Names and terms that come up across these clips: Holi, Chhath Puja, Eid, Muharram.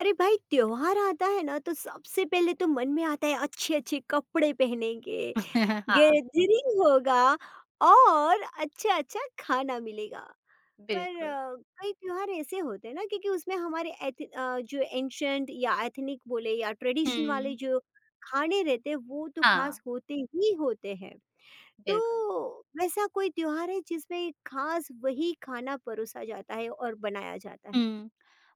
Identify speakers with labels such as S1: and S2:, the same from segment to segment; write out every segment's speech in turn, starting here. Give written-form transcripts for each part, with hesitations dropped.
S1: अरे भाई, त्योहार आता है ना तो सबसे पहले तो मन में आता है अच्छे अच्छे कपड़े पहनेंगे,
S2: हाँ,
S1: गैदरिंग होगा और अच्छा-अच्छा खाना मिलेगा। पर
S2: बिल्कुल।
S1: कई त्योहार ऐसे होते हैं ना, क्योंकि उसमें हमारे जो एंशिएंट या एथनिक बोले या ट्रेडिशन वाले
S2: हुँ।
S1: जो खाने रहते हैं वो तो
S2: हाँ,
S1: खास होते ही होते हैं। तो
S2: बिल्कुल।
S1: वैसा कोई त्योहार है जिसमें खास वही खाना परोसा जाता है और बनाया जाता है?
S2: हुँ।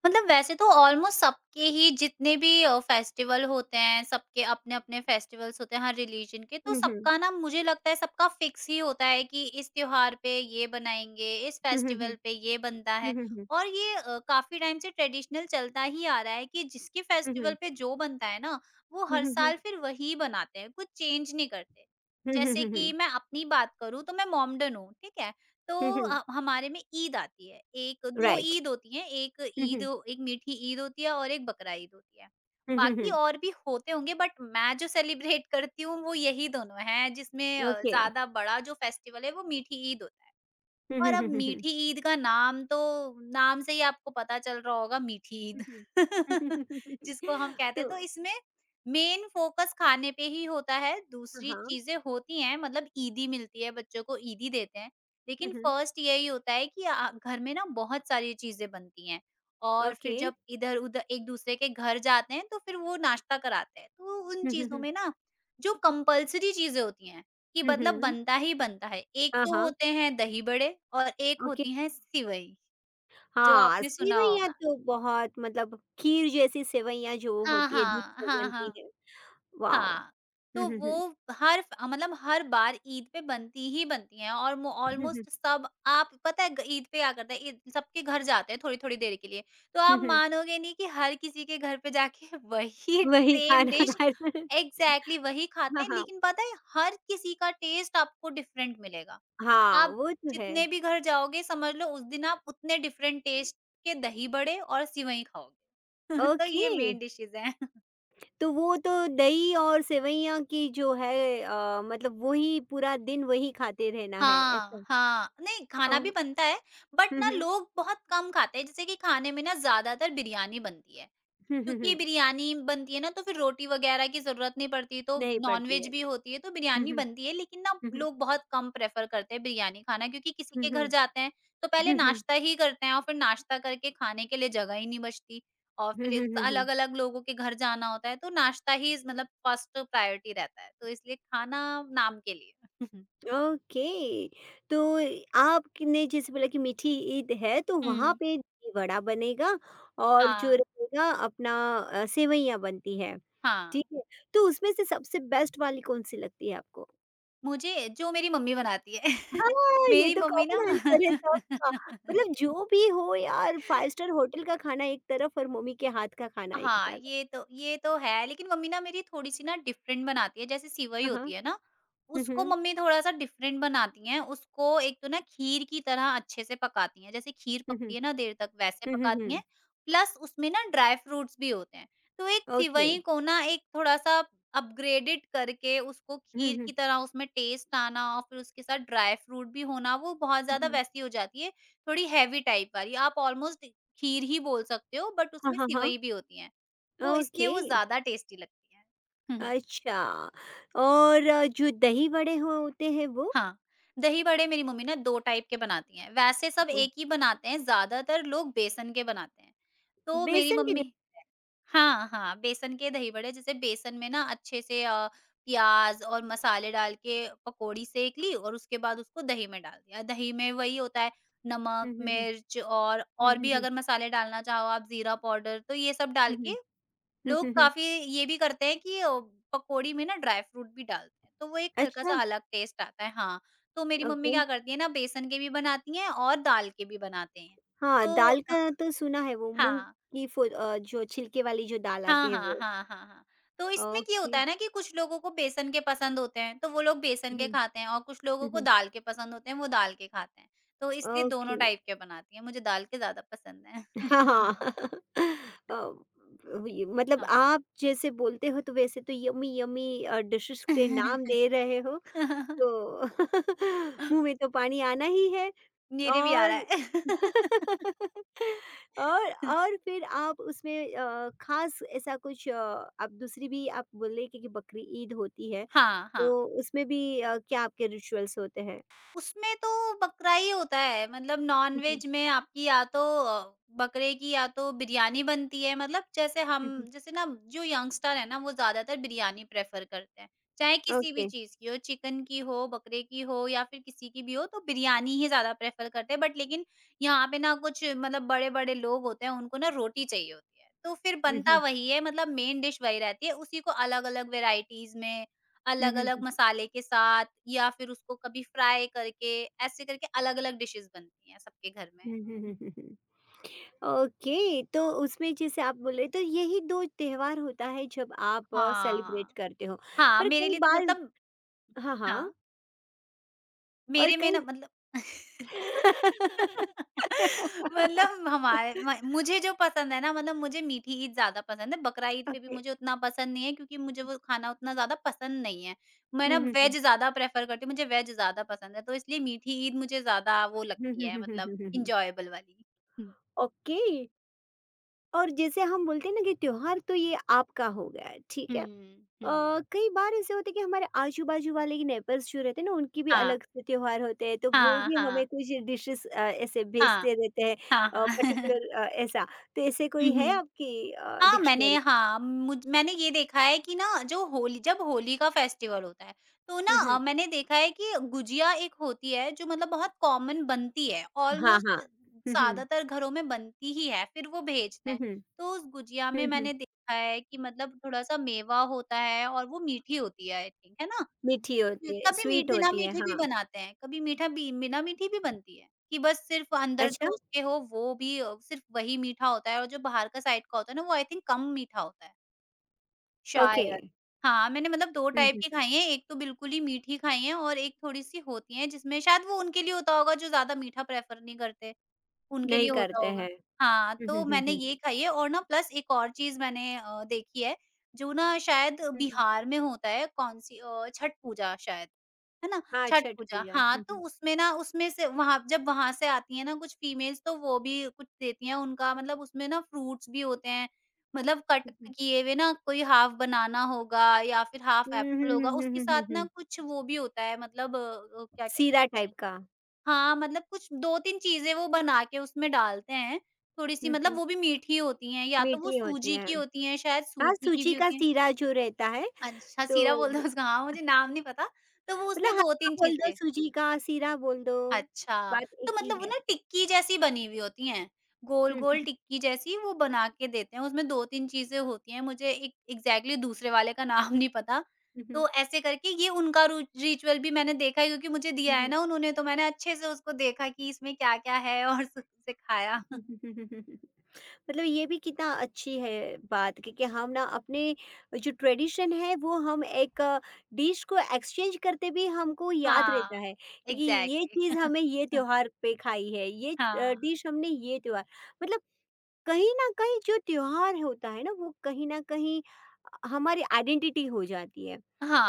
S2: मतलब वैसे तो ऑलमोस्ट सबके ही जितने भी फेस्टिवल होते हैं, सबके अपने-अपने फेस्टिवल्स होते हैं हर रिलीजन के, तो
S1: हुँ, हुँ।
S2: सबका ना मुझे लगता है सबका फिक्स ही होता है कि इस त्योहार पे ये बनाएँगे, इस
S1: हुँ, हुँ, हुँ।
S2: फेस्टिवल पे ये बनता
S1: हुँ,
S2: है।
S1: हुँ, हुँ।
S2: और ये काफ़ी टाइम से ट्रेडिशनल चलता ही आ रहा है कि जिसके
S1: हुँ,
S2: फेस्टिवल
S1: हुँ।
S2: पे जो बनता है ना, वो
S1: हुँ,
S2: हर
S1: हुँ, हुँ।
S2: साल फिर वही बनाते हैं, कुछ चेंज नहीं करते।
S1: हुँ, हुँ,
S2: जैसे
S1: हुँ, हुँ।
S2: कि मैं अपनी बात करूँ तो मैं मोमडन हूँ, ठीक है? तो
S1: हुँ, हुँ।
S2: हमारे में ईद आती है। एक 2
S1: राइट।
S2: ईद होती हैं,
S1: हुँ, हुँ।
S2: एक मीठी ईद होती है और एक बकरा ईद होती है।
S1: हुँ, हुँ,
S2: बाकी
S1: हुँ।
S2: और भी होते होंगे बट मैं जो सेलिब्रेट करती हूँ वो यही दोनों हैं जिसमें
S1: ओके।
S2: ज़्यादा बड़ा जो फेस्टिवल है वो मीठी ईद होता है।
S1: हुँ,
S2: और
S1: हुँ, हुँ,
S2: अब
S1: हुँ, हुँ।
S2: मीठी ईद का नाम से ही आपको पता चल रहा होगा मीठी
S1: हुँ,
S2: ईद
S1: हुँ।
S2: जिसको हम कहते
S1: तो
S2: हैं तो इसमें मेन फोकस खाने पे ही होता है दूसरी
S1: हाँ।
S2: चीजें होती हैं मतलब ईदी मिलती है बच्चों को ईदी देते हैं
S1: हुँ,
S2: लेकिन
S1: हुँ।
S2: फर्स्ट यही होता है कि घर में ना बहुत सारी चीजें बनती हैं और फिर
S1: ओके।
S2: जब इधर उधर एक दूसरे के घर जाते हैं तो फिर वो नाश्ता कराते हैं तो उन
S1: हुँ, हुँ,
S2: चीजों
S1: हुँ।
S2: में ना जो कंपल्सरी चीजें होती हैं कि
S1: हुँ,
S2: मतलब
S1: हुँ।
S2: बनता ही बनता है। एक
S1: हाँ,
S2: तो
S1: हाँ।
S2: होते हैं दही बड़े और एक
S1: ओके।
S2: होती हैं सिवई, जो
S1: हाँ,
S2: आपने सुना
S1: सेवइयाँ
S2: होगा।
S1: तो बहुत, मतलब खीर जैसी सेवइयाँ जो
S2: हाँ,
S1: होती है दूध
S2: हाँ।
S1: से
S2: हाँ,
S1: बनती
S2: हाँ।
S1: है। वाओ!
S2: हाँ,
S1: हुँ,
S2: तो
S1: हुँ, हुँ।
S2: वो हर फ मतलब हर बार ईद पे बनती ही बनती हैं और मो
S1: हुँ, हुँ।
S2: ऑलमोस्ट सब आप पता है ग ईद पे क्या करते हैं ईद सबके घर जाते हैं थोड़ी-थोड़ी देर के लिए। तो
S1: हुँ,
S2: आप
S1: हुँ।
S2: मानोगे नहीं कि हर किसी के घर पे जाके वही
S1: वही
S2: सेम
S1: खाना
S2: डिश
S1: खाना।
S2: एग्ज़ैक्टली वही खाते
S1: हाँ,
S2: हैं,
S1: हाँ।
S2: लेकिन पता है हर किसी का टेस्ट आपको डिफरेंट मिलेगा।
S1: हाँ,
S2: आप
S1: वो तो है।
S2: जितने भी घर जाओगे समझ लो उस दिन आप उतने डिफरेंट टेस्ट के दही बड़े और सिवई खाओगे। तो
S1: ओके।
S2: ये मेन डिशेज़ हैं।
S1: तो वो तो दही और सेवइयाँ की जो है, मतलब वही पूरा दिन वही खाते रहना है
S2: हाँ,
S1: ऐसा।
S2: हाँ। नहीं
S1: अ,
S2: खाना भी बनता है, बट
S1: हुँ,
S2: ना
S1: हुँ।
S2: लोग बहुत कम खाते हैं। जैसे कि खाने में ना ज़्यादातर बिरयानी बनती है,
S1: हुँ, हुँ,
S2: क्योंकि
S1: हुँ।
S2: बिरयानी बनती है ना तो फिर रोटी वग़ैरह की ज़रूरत नहीं पड़ती, तो
S1: नहीं पड़ती
S2: नॉन-वेज
S1: है।
S2: भी होती है, तो
S1: हुँ,
S2: बिरयानी
S1: हुँ।
S2: बनती है। लेकिन ना
S1: हुँ, हुँ।
S2: लोग बहुत कम प्रेफ़र करते हैं बिरयानी खाना क्योंकि किसी
S1: हुँ,
S2: के घर
S1: हुँ।
S2: जाते हैं, तो पहले
S1: हुँ, हुँ।
S2: नाश्ता ही करते हैं और फिर नाश्ता करके खाने के लिए जगह ही नहीं बचती और
S1: हुँ,
S2: फिर
S1: हुँ,
S2: इस
S1: हुँ, हुँ।
S2: अलग-अलग लोगों के घर जाना होता है, तो नाश्ता ही मतलब फर्स्ट प्रायोरिटी रहता है। तो इसलिए खाना नाम के लिए।
S1: ओके। तो आपने जैसे बोला कि मीठी ईद है तो वहाँ
S2: हुँ।
S1: पे दही वड़ा बनेगा और जो
S2: हाँ।
S1: रहेगा अपना, सेवइयाँ बनती है।
S2: हाँ,
S1: ठीक है? तो उसमें से सबसे बेस्ट वाली कौन-सी लगती है आपको?
S2: मुझे जो मेरी मम्मी बनाती है।
S1: हाँ, ये
S2: मेरी
S1: तो
S2: मम्मी ना
S1: कॉमन आंसर है सबका। मतलब जो भी हो यार, 5 स्टार होटल का खाना एक तरफ और मम्मी के हाथ का खाना एक
S2: हाँ,
S1: तरफ।
S2: ये तो है, लेकिन मम्मी ना मेरी थोड़ी-सी ना डिफरेंट बनाती है, जैसे सिवई
S1: हाँ, हाँ।
S2: होती है ना,
S1: हुँ,
S2: उसको
S1: हुँ।
S2: मम्मी थोड़ा-सा डिफरेंट बनाती हैं। उसको एक तो ना खीर की तरह अच्छे से पकाती हैं, जैसे खीर
S1: हुँ, हुँ।
S2: पकती है ना देर तक, वैसे
S1: हुँ, हुँ,
S2: पकाती
S1: हुँ।
S2: हैं, प्लस उसमें ना ड्राई फ्रूट्स भी होते हैं। तो एक
S1: ओके।
S2: सिवई को ना एक थोड़ा-सा अपग्रेडेड करके उसको
S1: हुँ,
S2: खीर
S1: हुँ।
S2: की तरह उसमें टेस्ट आना और फिर उसके साथ ड्राई फ्रूट भी होना, वो बहुत
S1: हुँ,
S2: ज़्यादा
S1: हुँ।
S2: वैसी हो जाती है, थोड़ी हेवी टाइप वाली। आप ऑलमोस्ट खीर ही बोल सकते हो बट
S1: हाँ,
S2: उसमें
S1: हाँ, हाँ।
S2: सिवई भी होती हैं, तो इसलिए
S1: ओके।
S2: वो ज़्यादा टेस्टी लगती है।
S1: अच्छा, और जो दही वड़े हो होते हैं वो?
S2: हाँ, दही बड़े मेरी मम्मी ना 2 टाइप के बनाती हैं, वैसे सब
S1: वो
S2: एक ही बनाते हैं, ज़्यादातर लोग बेसन के बनाते हैं। तो मेरी
S1: बेसन के द
S2: मम्मी हाँ, हाँ, बेसन के दही बड़े जैसे बेसन में ना अच्छे से प्याज़ और मसाले डाल के पकौड़ी सेंक ली और उसके बाद उसको दही में डाल दिया। दही में वही होता है नमक,
S1: हुँ, हुँ, हुँ।
S2: मिर्च और
S1: हुँ,
S2: और
S1: हुँ,
S2: भी
S1: हुँ।
S2: अगर मसाले डालना चाहो आप जीरा पाउडर तो ये सब डाल
S1: हुँ, हुँ।
S2: के
S1: हुँ,
S2: लोग
S1: हुँ, हुँ।
S2: काफ़ी ये भी करते हैं कि पकोड़ी में ना ड्राई फ्रूट भी डालते हैं, तो वो एक
S1: अच्छा।
S2: हल्का-सा अलग टेस्ट आता है। हाँ, तो मेरी मम्मी
S1: ओके।
S2: क्या करती है ना बेसन के भी बनाती हैं और दाल के भी बनाते हैं।
S1: हाँ,
S2: तो
S1: दाल का तो सुना है, वो मूँग
S2: हाँ।
S1: की फुल, जो छिलके वाली जो दाल
S2: हाँ,
S1: आती है
S2: हाँ,
S1: वो।
S2: हाँ, हाँ, हाँ। तो इसमें ये
S1: ओके।
S2: होता है ना कि कुछ लोगों को बेसन के पसंद होते हैं, तो वो लोग बेसन
S1: हुँ,
S2: के
S1: हुँ,
S2: खाते हैं और कुछ लोगों को
S1: हुँ।
S2: दाल के पसंद होते हैं, वो दाल के खाते हैं। तो इसलिए
S1: ओके।
S2: दोनों टाइप के बनाती हैं, मुझे दाल के ज़्यादा पसंद हैं।
S1: हाँ, हाँ। ये मतलब
S2: हाँ।
S1: आप जैसे बोलते हो तो वैसे तो यम्मी यम्मी डिशेज़ के नाम दे रहे हो तो मुँह में तो पानी आना ही है
S2: मेरे भी आ रहा
S1: और
S2: है।
S1: और और फिर आप उसमें ख़ास ऐसा कुछ, आप दूसरी भी आप बोल रहे कि बकरी ईद होती है,
S2: हाँ, हाँ।
S1: तो उसमें भी क्या आपके रिचुअल्स होते हैं?
S2: उसमें तो बकरा ही होता है मतलब
S1: हुँ, हुँ।
S2: नॉन-वेज में आपकी या तो बकरे की या तो बिरयानी बनती है मतलब जैसे हम
S1: हुँ, हुँ।
S2: जैसे ना जो यंगस्टर है ना वो ज़्यादातर बिरयानी प्रेफ़र करते हैं। चाहे किसी भी
S1: ओके।
S2: चीज़ की हो चिकन की हो, बकरे की हो या फिर किसी की भी हो तो बिरयानी ही ज़्यादा प्रेफ़र करते हैं बट लेकिन यहाँ पे ना कुछ मतलब बड़े-बड़े लोग होते हैं उनको ना रोटी चाहिए होती है। तो फिर
S1: हुँ,
S2: बनता
S1: हुँ।
S2: वही है मतलब मेन डिश वही रहती है उसी को अलग-अलग वैराइटीज़ में
S1: हुँ, हुँ,
S2: अलग-अलग
S1: हुँ।
S2: मसाले के साथ या फिर उसको कभी फ्राई करके, ऐसे करके अलग-अलग डिशेज़ बनती हैं सबके घर में।
S1: हुँ, हुँ, हुँ,
S2: हुँ।
S1: हुँ, हुँ। ओके, तो उसमें जैसे आप बोल रहे तो यही 2 त्योहार होता है जब आप सेलिब्रेट
S2: हाँ।
S1: करते हो।
S2: हाँ,
S1: पर
S2: मेरे
S1: कई
S2: लिए तो
S1: बार,
S2: मतलब
S1: हाँ, हाँ
S2: हाँ,
S1: और
S2: मेरे में
S1: कई
S2: ना मतलब मतलब हमारे म मुझे जो पसंद है ना मतलब मुझे मीठी ईद ज़्यादा पसंद है, बकरा ईद पे भी
S1: ओके।
S2: मुझे उतना पसंद नहीं है क्योंकि मुझे वो खाना उतना ज़्यादा पसंद नहीं है। मैं
S1: हुँ,
S2: ना
S1: हुँ, हुँ।
S2: वेज ज़्यादा प्रेफ़र करती हूँ, मुझे वेज ज़्यादा पसंद है, तो इसलिए मीठी ईद मुझे ज़्यादा वो
S1: हुँ,
S2: लगती
S1: हुँ,
S2: है
S1: हुँ, हुँ,
S2: मतलब
S1: हुँ, हुँ, हुँ।
S2: एन्जॉयबल वाली।
S1: ओके। और जैसे हम बोलते हैं ना कि त्योहार तो ये आपका हो गया, ठीक है।
S2: हुँ, हुँ।
S1: कई बार ऐसे होते हैं कि हमारे आजू बाजू वाले के नेबर्स जो रहते हैं ना, उनकी भी
S2: हाँ,
S1: अलग से त्योहार होते हैं तो वो
S2: हाँ,
S1: भी हमें
S2: हाँ,
S1: कुछ डिशेस ऐसे
S2: हाँ,
S1: भेजते रहते हैं,
S2: हाँ, हाँ।
S1: पर्टिकुलर ऐसा तो ऐसे
S2: हुँ,
S1: कोई है
S2: हुँ।
S1: आपकी
S2: हाँ, मैंने
S1: डिक्शनरी में?
S2: हाँ, मुझ मैंने ये देखा है कि ना जो होली जब होली का फेस्टिवल होता है, तो ना
S1: हम्म, हम्म।
S2: मैंने देखा है कि गुजिया एक होती है जो मतलब बहुत कॉमन बनती है,
S1: हाँ, हाँ।
S2: ऑलमोस्ट
S1: हम्म, हम्म।
S2: ज़्यादातर घरों में बनती ही है, फिर वो भेजते
S1: हम्म।
S2: हैं।
S1: हम्म,
S2: तो उस गुजिया में मैंने देखा है कि मतलब थोड़ा-सा मेवा होता है और वो मीठी होती है आई थिंक, है ना?
S1: मीठी होती है,
S2: कभी मीठ
S1: स्वीट
S2: बिना
S1: होती है,
S2: मीठे भी
S1: हाँ।
S2: बनाते हैं, कभी मीठा बी बिना मीठी भी बनती है, कि बस सिर्फ़ अंदर
S1: अच्छा।
S2: जो उसके हो वो भी सिर्फ़ वही मीठा होता है और जो बाहर का साइड का होता है ना वो आई थिंक कम मीठा होता है,
S1: ओके।
S2: शायद। हाँ, मैंने मतलब 2
S1: हम्म,
S2: टाइप की खाई हैं, एक तो बिल्कुल ही मीठी खाई हैं और एक थोड़ी-सी होती हैं जिसमें शायद वो उनके लिए होता होगा जो ज़्यादा मीठा प्रेफ़र नहीं करते, उनके
S1: नहीं
S2: लिए होता
S1: करते
S2: होगा।
S1: हैं। हम्म,
S2: हाँ,
S1: हम्म,
S2: तो
S1: हम्म,
S2: मैंने
S1: हम्म।
S2: ये खाई है और ना प्लस एक और चीज़ मैंने देखी है, जो ना शायद
S1: हम्म,
S2: बिहार में होता है कौन-सी छठ पूजा शायद। है ना?
S1: हाँ,
S2: छठ
S1: छठ
S2: पूजा
S1: पूजा,
S2: हाँ,
S1: हम्म,
S2: तो
S1: हम्म,
S2: उसमें ना उसमें से वहाँ जब वहाँ से आती हैं ना कुछ फीमेल्स तो वो भी कुछ देती हैं उनका मतलब उसमें ना फ्रूट्स भी होते हैं। मतलब कट
S1: हम्म।
S2: किए हुए ना कोई हाफ बनाना होगा या फिर
S1: हुँ,
S2: हाफ
S1: हुँ,
S2: एप्पल
S1: हुँ,
S2: होगा,
S1: हुँ,
S2: उसके
S1: हुँ, हुँ,
S2: साथ ना
S1: हुँ।
S2: कुछ वो भी होता है मतलब क्या कहते हैं
S1: सीरा
S2: उसे?
S1: टाइप का।
S2: हाँ, मतलब कुछ 2-3 चीज़ें वो बना के उसमें डालते हैं। थोड़ी-सी
S1: हुँ,
S2: मतलब
S1: हुँ।
S2: वो भी मीठी होती हैं या तो वो
S1: मीठी होती
S2: सूजी
S1: है।
S2: की होती हैं, शायद
S1: हाँ,
S2: सूजी की
S1: सूजी
S2: भी
S1: का
S2: होती हैं।
S1: सीरा जो रहता है
S2: अच्छा,
S1: तो
S2: सीरा बोलते हैं
S1: वो,
S2: उसका हाँ, मुझे नाम नहीं पता। तो वो
S1: मतलब
S2: उसमें
S1: हलवा
S2: 2-3
S1: बोल दो,
S2: चीज़ें
S1: सूजी का सीरा बोल दो,
S2: अच्छा,
S1: बात एक
S2: तो
S1: ही
S2: मतलब वो
S1: है।
S2: ना टिक्की जैसी बनी हुई होती हैं,
S1: हुँ, हुँ,
S2: गोल-गोल टिक्की जैसी वो बना के देते हैं, उसमें 2-3 चीज़ें होती हैं, मुझे एक एग्ज़ैक्टली दूसरे वाले का नाम नहीं पता।
S1: हुँ, हुँ,
S2: तो ऐसे करके ये उनका रू रिचुअल भी मैंने देखा है क्योंकि मुझे
S1: हुँ, हुँ,
S2: दिया
S1: हुँ,
S2: है
S1: हुँ,
S2: ना उन्होंने, तो मैंने अच्छे से उसको देखा कि इसमें क्या-क्या है और सुख से खाया।
S1: हुँ, हुँ, हुँ, हुँ। मतलब ये भी कितना अच्छी है बात, क्योंकि हम ना अपने जो ट्रेडिशन है वो हम एक डिश को एक्सचेंज करते भी हमको याद
S2: हाँ,
S1: रहता है, क्योंकि ये
S2: एग्ज़ैक्टली।
S1: चीज़ हमें ये त्योहार पे खाई है, ये
S2: हाँ,
S1: डिश हमने ये त्योहार, मतलब कहीं न कहीं जो त्योहार होता है ना, वो कहीं न कहीं हमारी आइडेंटिटी हो जाती है।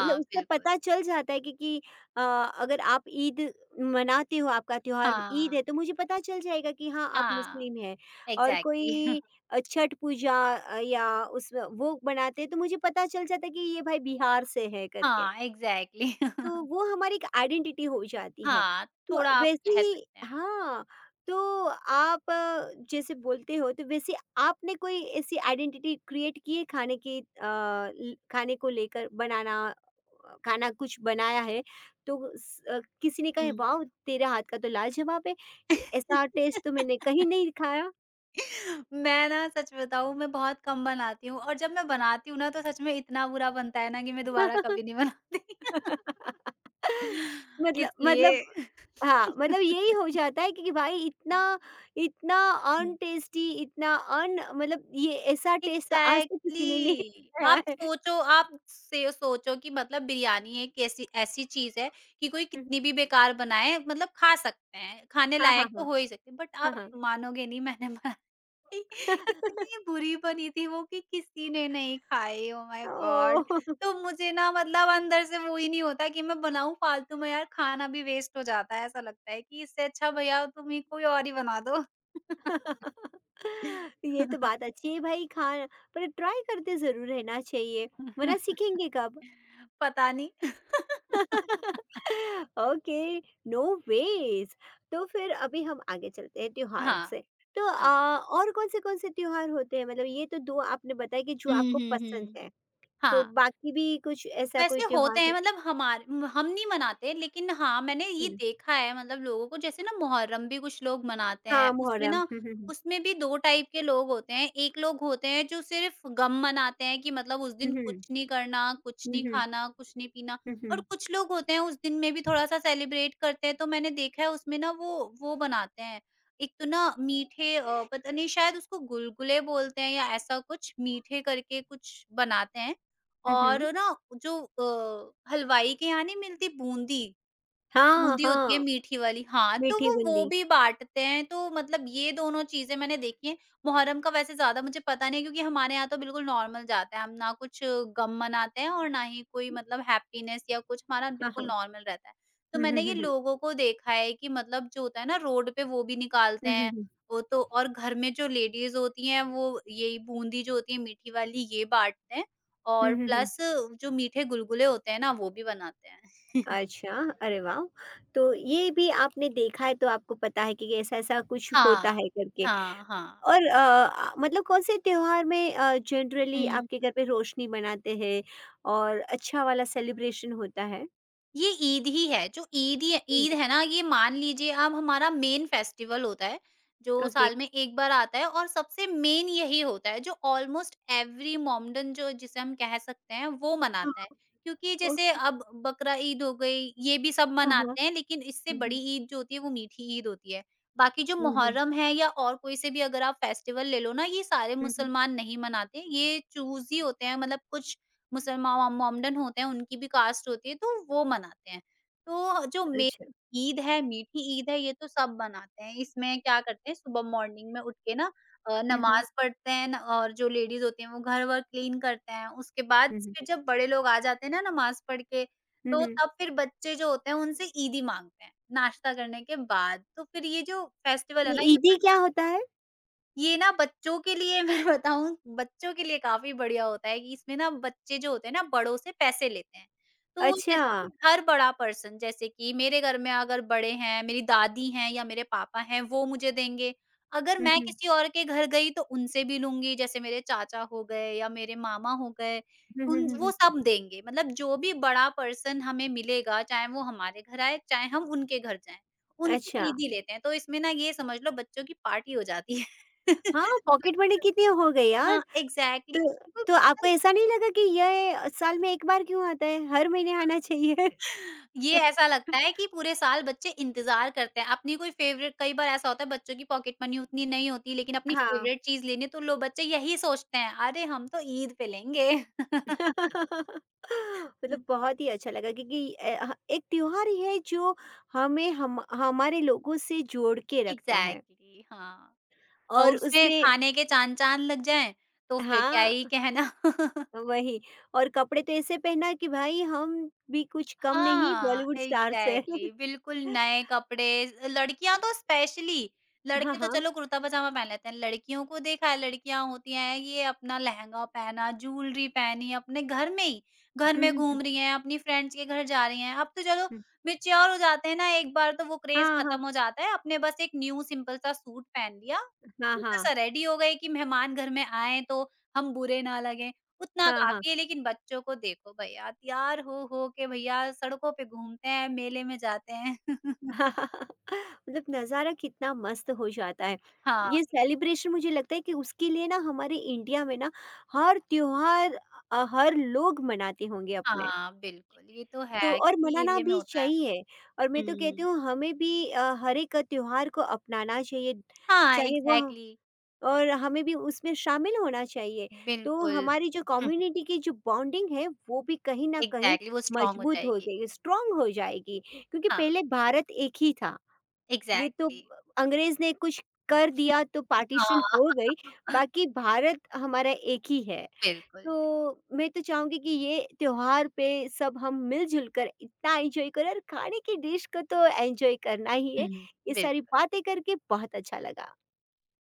S1: मतलब उससे
S2: बिल्कुल।
S1: पता चल जाता है कि अगर आप ईद मनाते हो, आपका त्योहार ईद
S2: हाँ,
S1: है तो मुझे पता चल जाएगा कि हाँ, आप
S2: हाँ,
S1: मुस्लिम हैं और
S2: एग्ज़ैक्टली।
S1: कोई छठ पूजा, या उस वो बनाते हैं तो मुझे पता चल जाता है कि ये भाई बिहार से है करके।
S2: हाँ, एग्ज़ैक्टली।
S1: तो वो हमारी एक आइडेंटिटी हो जाती है।
S2: हाँ, थोड़ा
S1: तो
S2: आप
S1: वैसे
S2: कह
S1: ही,
S2: सकते हैं।
S1: हाँ, तो आप, जैसे बोलते हो तो वैसे आपने कोई ऐसी आइडेंटिटी क्रिएट की है खाने की, अ, ल खाने को लेकर बनाना, खाना कुछ बनाया है तो किसी ने
S2: हुँ।
S1: कहा, वाओ! तेरे हाथ का तो लाजवाब है। ऐसा टेस्ट तो मैंने कहीं नहीं खाया।
S2: मैं ना सच बताऊँ मैं बहुत कम बनाती हूँ और जब मैं बनाती हूँ ना तो सच में इतना बुरा बनता है ना कि मैं दोबारा कभी नहीं बनाती
S1: मतलब,
S2: इसलिए
S1: मतलब, हाँ, मतलब यही हो जाता है क्योंकि भाई इतना इतना
S2: हुँ।
S1: अनटेस्टी, इतना अन, मतलब ये ऐसा टेस्ट तो आज तक किसी ने नहीं
S2: एग्ज़ैक्टली
S1: खाया
S2: आप
S1: है।
S2: सोचो आप से सोचो कि मतलब बिरयानी एक ऐसी ऐसी चीज़ है कि कोई
S1: हुँ,
S2: कितनी भी बेकार बनाए मतलब खा सकते हैं, खाने
S1: हाँ, हाँ,
S2: लायक तो
S1: हाँ।
S2: हो ही सकती है बट
S1: हाँ,
S2: आप
S1: हाँ।
S2: मानोगे नहीं मैंने बना इतनी बुरी बनी थी वो कि किसी ने नहीं खाई ओह माय
S1: ओह!
S2: गॉड! तो मुझे ना मतलब अंदर से वो ही नहीं होता कि मैं बनाऊँ फालतू में यार खाना भी वेस्ट हो जाता है, ऐसा लगता है कि इससे अच्छा भैया तुम ही कोई और ही बना दो।
S1: ये तो बात अच्छी है भाई, खा, पर ट्राई करते ज़रूर रहना चाहिए, वरना सीखेंगे कब?
S2: पता नहीं।
S1: ओके। No ways. तो फिर अभी हम आगे चलते हैं त्योहार से,
S2: हाँ,
S1: तो
S2: हाँ।
S1: आ, और कौन से त्योहार होते हैं, मतलब ये तो दो आपने बताया कि जो
S2: हुँ,
S1: आपको
S2: हुँ,
S1: पसंद
S2: हुँ।
S1: है, तो
S2: हाँ।
S1: बाकी भी कुछ ऐसा कोई
S2: वैसे
S1: त्योहार
S2: होते हैं
S1: होता
S2: मतलब हमार हम नहीं मनाते लेकिन हाँ, मैंने ये
S1: है?
S2: देखा है मतलब लोगों को जैसे ना मुहर्रम भी कुछ लोग मनाते
S1: हाँ,
S2: हैं। उसमें
S1: मुहर्रम।
S2: ना
S1: हम्म, हम्म,
S2: उसमें भी 2 टाइप के लोग होते हैं। एक लोग होते हैं जो सिर्फ़ गम मनाते हैं कि मतलब उस दिन
S1: हम्म,
S2: कुछ नहीं करना, कुछ
S1: हम्म,
S2: नहीं
S1: हम्म,
S2: खाना, कुछ नहीं पीना
S1: हम्म, हम्म,
S2: और कुछ लोग होते हैं उस दिन में भी थोड़ा-सा सेलिब्रेट करते हैं। तो मैंने देखा है उसमें ना वो बनाते हैं। एक तो ना मीठे पता नहीं शायद उसको गुलगुले बोलते हैं या ऐसा कुछ मीठे करके कुछ बनाते हैं।
S1: हम्म, हम्म,
S2: और
S1: हम्म।
S2: ना जो हलवाई के यहाँ नहीं मिलती बूंदी,
S1: हाँ,
S2: बूंदी होती है
S1: हाँ,
S2: मीठी वाली, हाँ, तो
S1: मीठी
S2: वो
S1: बूंदी।
S2: भी बाँटते हैं, तो मतलब ये दोनों चीज़ें मैंने देखी हैं। मुहर्रम का वैसे ज़्यादा मुझे पता नहीं है क्योंकि हमारे यहाँ तो बिल्कुल नॉर्मल जाता है, हम ना कुछ गम मनाते हैं और ना ही कोई मतलब हैप्पीनेस या कुछ हमारा
S1: हाँ,
S2: बिल्कुल
S1: हाँ।
S2: नॉर्मल रहता है। तो
S1: हम्म,
S2: मैंने
S1: हम्म,
S2: ये
S1: हम्म,
S2: लोगों को देखा है कि मतलब जो होता है ना रोड पे वो भी निकालते
S1: हम्म, हम्म,
S2: हैं,
S1: हम्म,
S2: वो तो और घर में जो लेडीज़ होती हैं वो यही बूंदी जो होती है मीठी वाली ये बाँटते हैं
S1: हम्म,
S2: और प्लस जो मीठे गुलगुले होते हैं ना वो भी बनाते हैं।
S1: अच्छा, अरे वाह, तो ये भी आपने देखा है तो आपको पता है कि ऐसा ऐसा कुछ
S2: हाँ,
S1: होता है करके।
S2: हाँ, हाँ।
S1: और मतलब कौन-से त्योहार में जनरली
S2: हुँ।
S1: आपके घर पे रोशनी बनाते हैं और अच्छा वाला सेलिब्रेशन होता है?
S2: ये ईद ही है, जो ईद ही
S1: ईद,
S2: ईद है ना ये मान लीजिए अब हमारा मेन फेस्टिवल होता है, जो
S1: ओके।
S2: साल में 1 बार आता है और सबसे मेन यही होता है जो ऑलमोस्ट एवरी मोमेडन जो जिसे हम कह सकते हैं वो
S1: हाँ,
S2: मनाता है। क्योंकि
S1: और
S2: जैसे अब बकरा-ईद हो गई, ये भी सब
S1: हाँ, हाँ।
S2: मनाते हैं लेकिन इससे
S1: हुँ,
S2: बड़ी
S1: हुँ।
S2: ईद जो होती है वो मीठी ईद होती है। बाकी जो
S1: हुँ, हुँ।
S2: मुहर्रम है या और कोई से भी अगर आप फेस्टिवल ले लो ना ये सारे
S1: हुँ, हुँ।
S2: मुसलमान नहीं मनाते, ये चूज़ ही होते हैं मतलब कुछ मुसलमान मोमडन होते हैं उनकी भी कास्ट होती है तो वो मनाते हैं। तो जो
S1: अच्छा।
S2: मेन ईद है, मीठी ईद है ये तो सब मनाते हैं। इसमें क्या करते हैं सुबह मॉर्निंग में उठ के ना
S1: हुँ, हुँ।
S2: नमाज़ पढ़ते हैं न और जो लेडीज़ होती हैं वो घर-वर क्लीन करते हैं। उसके बाद
S1: हुँ, हुँ।
S2: फिर जब बड़े लोग आ जाते हैं ना नमाज़ पढ़ के,
S1: हुँ,
S2: तो
S1: हुँ।
S2: तब फिर बच्चे जो होते हैं उनसे ईदी माँगते हैं, नाश्ता करने के बाद। तो फिर ये जो फेस्टिवल है
S1: ये
S2: ना ये
S1: ईदी क्या
S2: बच्चों
S1: होता है?
S2: ये ना बच्चों के लिए मैं बताऊँ बच्चों के लिए काफ़ी बढ़िया होता है कि इसमें ना बच्चे जो होते हैं ना बड़ों से पैसे लेते हैं। तो
S1: अच्छा।
S2: जैसे कि हर बड़ा पर्सन जैसे कि मेरे घर में अगर बड़े हैं, मेरी दादी हैं या मेरे पापा हैं वो मुझे देंगे। अगर
S1: हुँ,
S2: मैं
S1: हुँ।
S2: किसी और के घर गई तो उनसे भी लूँगी जैसे मेरे चाचा हो गए या मेरे मामा हो गए,
S1: हुँ, हुँ,
S2: उन
S1: हुँ,
S2: वो
S1: हुँ।
S2: सब देंगे। मतलब जो भी बड़ा पर्सन हमें मिलेगा चाहे वो हमारे घर आए, चाहे हम उनके घर जाएँ, उनसे
S1: अच्छा।
S2: ईदी लेते हैं। तो इसमें ना ये समझ लो बच्चों की पार्टी हो जाती है।
S1: हाँ, पॉकेट मनी कितनी हो गई यार?
S2: हाँ, एग्ज़ैक्टली
S1: तो
S2: बिल्कुल
S1: तो
S2: बहुत
S1: आपको
S2: सारी।
S1: ऐसा नहीं लगा कि ये साल में 1 बार क्यों आता है? हर महीने आना चाहिए।
S2: ये ऐसा लगता है कि पूरे साल बच्चे इंतज़ार करते हैं, अपनी कोई फ़ेवरेट कई बार ऐसा होता है बच्चों की पॉकेट मनी उतनी नहीं होती, लेकिन अपनी
S1: हाँ।
S2: फ़ेवरेट चीज़ लेनी है, तो लो बच्चे यही सोचते हैं, अरे हम तो ईद पे लेंगे।
S1: मतलब बहुत ही अच्छा लगा, क्योंकि एक त्योहार ही है जो हमें हम हमारे लोगों से जोड़ के रखता है
S2: एग्ज़ैक्टली हाँ, और
S1: और
S2: उसमें
S1: उसमें,
S2: खाने के चाँद-चाँद लग जाएँ, तो फिर क्या ही
S1: हाँ,
S2: कहना।
S1: वही, और कपड़े तो ऐसे पहना कि भाई हम भी कुछ कम नहीं
S2: हाँ,
S1: बॉलीवुड स्टार से।
S2: एग्ज़ैक्टली बिल्कुल नए कपड़े लड़कियाँ तो स्पेशली,
S1: हाँ,
S2: लड़के तो
S1: हाँ।
S2: चलो कुर्ता-पजामा पहन लेते हैं, लड़कियों को देखा है लड़कियाँ होती हैं ये अपना लहंगा पहना, ज्वेलरी पहनी अपने घर में ही, घर में घूम रही हैं, अपनी फ्रेंड्स के घर जा रही हैं। अब तो चलो मैच्योर हो जाते हैं ना एक बार तो वो क्रेज़
S1: हाँ, हाँ,
S2: खत्म हो जाता है, अपने बस एक न्यू सिंपल-सा सूट पहन लिया,
S1: हाँ,
S2: सिंपल-सा रेडी हो गए कि मेहमान घर में आएँ तो हम बुरे ना लगें। उतना
S1: हाँ, हाँ।
S2: काफ़ी है लेकिन बच्चों को देखो भैया तैयार हो के भैया सड़कों पे घूमते हैं, मेले में जाते हैं।
S1: मतलब नज़ारा कितना मस्त हो जाता है।
S2: हाँ,
S1: ये सेलिब्रेशन, मुझे लगता है कि उसके लिए ना हमारे इंडिया में ना हर त्योहार, हर लोग मनाते होंगे अपने।
S2: हाँ, बिल्कुल ये तो है
S1: तो और
S2: क्योंकि
S1: मनाना
S2: एरिया में
S1: भी
S2: होता है।
S1: चाहिए और मैं तो कहती
S2: हुँ।
S1: हूँ हमें भी हर एक त्योहार को अपनाना चाहिए,
S2: हाँ,
S1: चाहे वो ह-
S2: एग्ज़ैक्टली
S1: और हमें भी उसमें शामिल होना चाहिए। तो
S2: बिल्कुल।
S1: हमारी जो कम्युनिटी की जो बॉन्डिंग है वो भी कहीं न कहीं
S2: एग्ज़ैक्टली वो स्ट्रॉन्ग हो
S1: मजबूत हो
S2: जाएगी।
S1: जाएगी, स्ट्रॉन्ग हो
S2: बिल्कुल,
S1: जाएगी, क्योंकि
S2: हाँ,
S1: पहले भारत एक ही था। ये तो
S2: एग्ज़ैक्टली।
S1: अंग्रेज ने कुछ कर
S2: हुँ।
S1: दिया तो पार्टीशन
S2: हाँ,
S1: हो गई, बाकी भारत हमारा एक ही है।
S2: बिल्कुल,
S1: तो मैं तो चाहूँगी कि ये त्योहार पे सब हम मिल-जुल कर इतना एन्जॉय करें, और खाने की डिश को तो एन्जॉय करना ही
S2: हुँ,
S1: है।
S2: हुँ।
S1: ये सारी
S2: बिल्कुल।
S1: बातें करके बहुत अच्छा लगा।